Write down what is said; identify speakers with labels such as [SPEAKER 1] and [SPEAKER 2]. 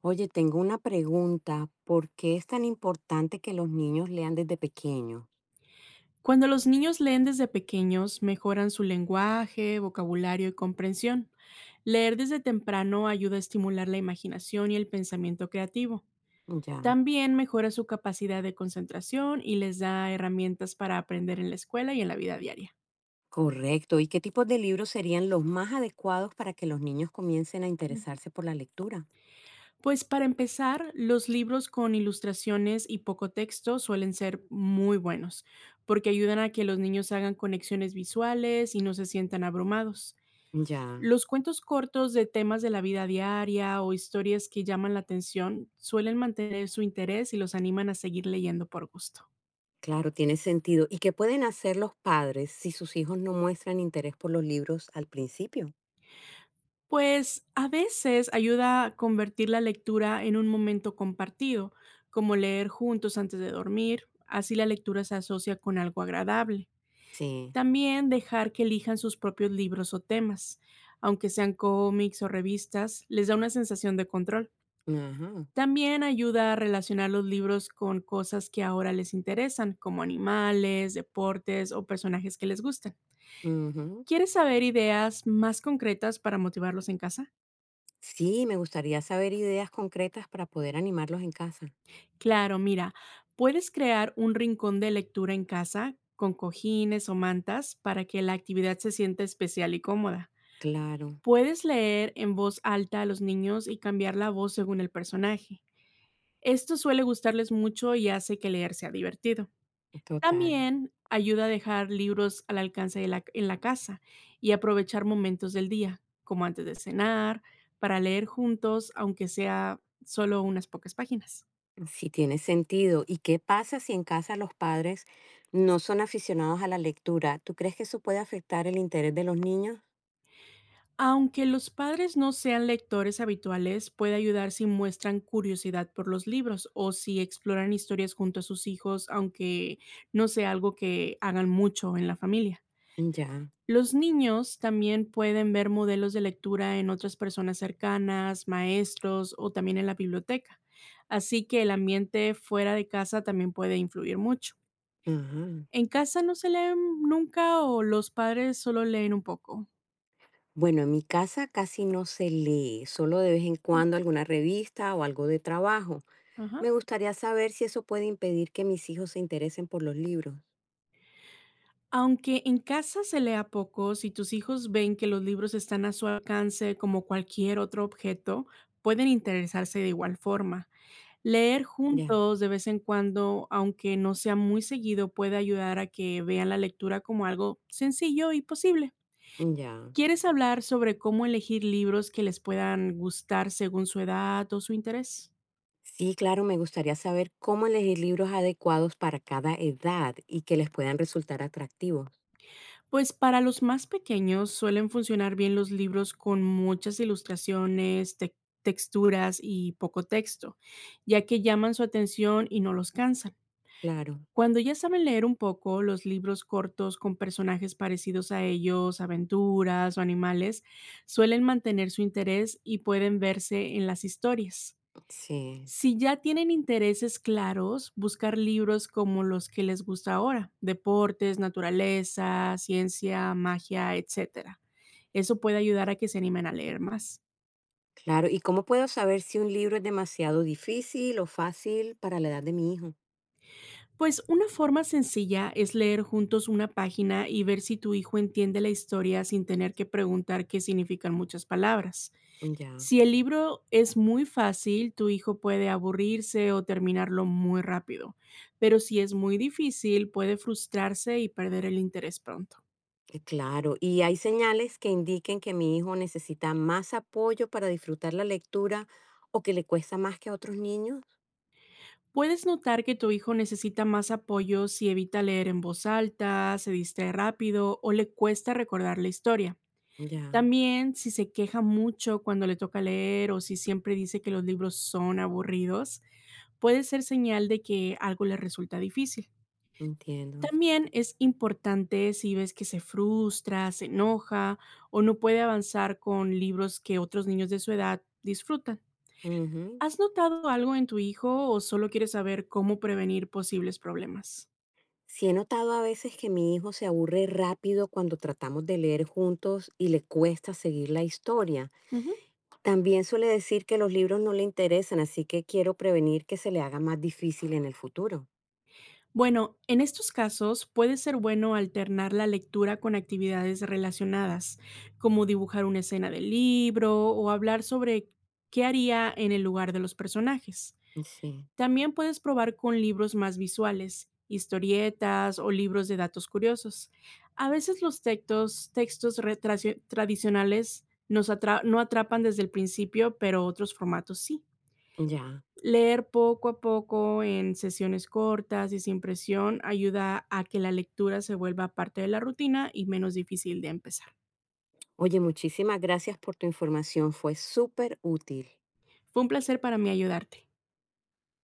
[SPEAKER 1] Oye, tengo una pregunta. ¿Por qué es tan importante que los niños lean desde pequeños?
[SPEAKER 2] Cuando los niños leen desde pequeños, mejoran su lenguaje, vocabulario y comprensión. Leer desde temprano ayuda a estimular la imaginación y el pensamiento creativo.
[SPEAKER 1] Ya,
[SPEAKER 2] También mejora su capacidad de concentración y les da herramientas para aprender en la escuela y en la vida diaria.
[SPEAKER 1] correcto. ¿Y qué tipos de libros serían los más adecuados para que los niños comiencen a
[SPEAKER 2] Ujú.
[SPEAKER 1] interesarse por la lectura?
[SPEAKER 2] Pues para empezar, los libros con ilustraciones y poco texto suelen ser muy buenos, porque ayudan a que los niños hagan conexiones visuales y no se sientan abrumados.
[SPEAKER 1] Ya,
[SPEAKER 2] Los cuentos cortos de temas de la vida diaria o historias que llaman la atención suelen mantener su interés y los animan a seguir leyendo por gusto.
[SPEAKER 1] claro, tiene sentido. ¿Y qué pueden hacer los padres si sus hijos no muestran interés por los libros al principio?
[SPEAKER 2] Pues a veces ayuda a convertir la lectura en un momento compartido, como leer juntos antes de dormir, así la lectura se asocia con algo agradable.
[SPEAKER 1] Sí,
[SPEAKER 2] También dejar que elijan sus propios libros o temas, aunque sean cómics o revistas, les da una sensación de control.
[SPEAKER 1] ajá.
[SPEAKER 2] También ayuda a relacionar los libros con cosas que ahora les interesan, como animales, deportes o personajes que les gustan.
[SPEAKER 1] Ujú.
[SPEAKER 2] ¿Quieres saber ideas más concretas para motivarlos en casa?
[SPEAKER 1] Sí, me gustaría saber ideas concretas para poder animarlos en casa.
[SPEAKER 2] Claro, mira, puedes crear un rincón de lectura en casa con cojines o mantas para que la actividad se sienta especial y cómoda.
[SPEAKER 1] Claro,
[SPEAKER 2] Puedes leer en voz alta a los niños y cambiar la voz según el personaje. Esto suele gustarles mucho y hace que leer sea divertido.
[SPEAKER 1] total.
[SPEAKER 2] También ayuda a dejar libros al alcance en la casa y aprovechar momentos del día, como antes de cenar, para leer juntos, aunque sea solo unas pocas páginas.
[SPEAKER 1] Sí, tiene sentido. ¿Y qué pasa si en casa los padres no son aficionados a la lectura? ¿Tú crees que eso puede afectar el interés de los niños?
[SPEAKER 2] Aunque los padres no sean lectores habituales, puede ayudar si muestran curiosidad por los libros o si exploran historias junto a sus hijos, aunque no sea algo que hagan mucho en la familia.
[SPEAKER 1] Ya.
[SPEAKER 2] Los niños también pueden ver modelos de lectura en otras personas cercanas, maestros o también en la biblioteca. Así que el ambiente fuera de casa también puede influir mucho.
[SPEAKER 1] Ajá.
[SPEAKER 2] En casa no se leen nunca o los padres solo leen un poco.
[SPEAKER 1] Bueno, en mi casa casi no se lee, solo de vez en cuando alguna revista o algo de trabajo.
[SPEAKER 2] Ajá.
[SPEAKER 1] Me gustaría saber si eso puede impedir que mis hijos se interesen por los libros.
[SPEAKER 2] Aunque en casa se lea poco, si tus hijos ven que los libros están a su alcance como cualquier otro objeto, pueden interesarse de igual forma. Leer
[SPEAKER 1] Ya,
[SPEAKER 2] juntos de vez en cuando, aunque no sea muy seguido, puede ayudar a que vean la lectura como algo sencillo y posible.
[SPEAKER 1] ya.
[SPEAKER 2] ¿Quieres hablar sobre cómo elegir libros que les puedan gustar según su edad o su interés?
[SPEAKER 1] Sí, claro, me gustaría saber cómo elegir libros adecuados para cada edad y que les puedan resultar atractivos.
[SPEAKER 2] Pues para los más pequeños suelen funcionar bien los libros con muchas ilustraciones, texturas y poco texto, ya que llaman su atención y no los cansan.
[SPEAKER 1] Claro,
[SPEAKER 2] Cuando ya saben leer un poco, los libros cortos con personajes parecidos a ellos, aventuras o animales, suelen mantener su interés y pueden verse en las historias.
[SPEAKER 1] sí.
[SPEAKER 2] Si ya tienen intereses claros, buscar libros como los que les gusta ahora, deportes, naturaleza, ciencia, magia, etcétera, eso puede ayudar a que se animen a leer más.
[SPEAKER 1] Claro, ¿y cómo puedo saber si un libro es demasiado difícil o fácil para la edad de mi hijo?
[SPEAKER 2] Pues una forma sencilla es leer juntos una página y ver si tu hijo entiende la historia sin tener que preguntar qué significan muchas palabras.
[SPEAKER 1] Ya,
[SPEAKER 2] Si el libro es muy fácil, tu hijo puede aburrirse o terminarlo muy rápido, pero si es muy difícil, puede frustrarse y perder el interés pronto.
[SPEAKER 1] claro. ¿Y hay señales que indiquen que mi hijo necesita más apoyo para disfrutar la lectura o que le cuesta más que a otros niños?
[SPEAKER 2] Puedes notar que tu hijo necesita más apoyo si evita leer en voz alta, se distrae rápido o le cuesta recordar la historia.
[SPEAKER 1] Ya,
[SPEAKER 2] También, si se queja mucho cuando le toca leer o si siempre dice que los libros son aburridos, puede ser señal de que algo le resulta difícil.
[SPEAKER 1] entiendo.
[SPEAKER 2] También es importante si ves que se frustra, se enoja o no puede avanzar con libros que otros niños de su edad disfrutan.
[SPEAKER 1] Ujú.
[SPEAKER 2] ¿Has notado algo en tu hijo o solo quieres saber cómo prevenir posibles problemas?
[SPEAKER 1] Sí he notado a veces que mi hijo se aburre rápido cuando tratamos de leer juntos y le cuesta seguir la historia.
[SPEAKER 2] Ujú.
[SPEAKER 1] También suele decir que los libros no le interesan, así que quiero prevenir que se le haga más difícil en el futuro.
[SPEAKER 2] Bueno, en estos casos puede ser bueno alternar la lectura con actividades relacionadas, como dibujar una escena del libro o hablar sobre qué haría en el lugar de los personajes.
[SPEAKER 1] Sí,
[SPEAKER 2] También puedes probar con libros más visuales, historietas o libros de datos curiosos. A veces los textos, tradicionales no atrapan desde el principio, pero otros formatos sí.
[SPEAKER 1] ya.
[SPEAKER 2] Leer poco a poco en sesiones cortas y sin presión ayuda a que la lectura se vuelva parte de la rutina y menos difícil de empezar.
[SPEAKER 1] Oye, muchísimas gracias por tu información, fue súper útil.
[SPEAKER 2] Fue un placer para mí ayudarte.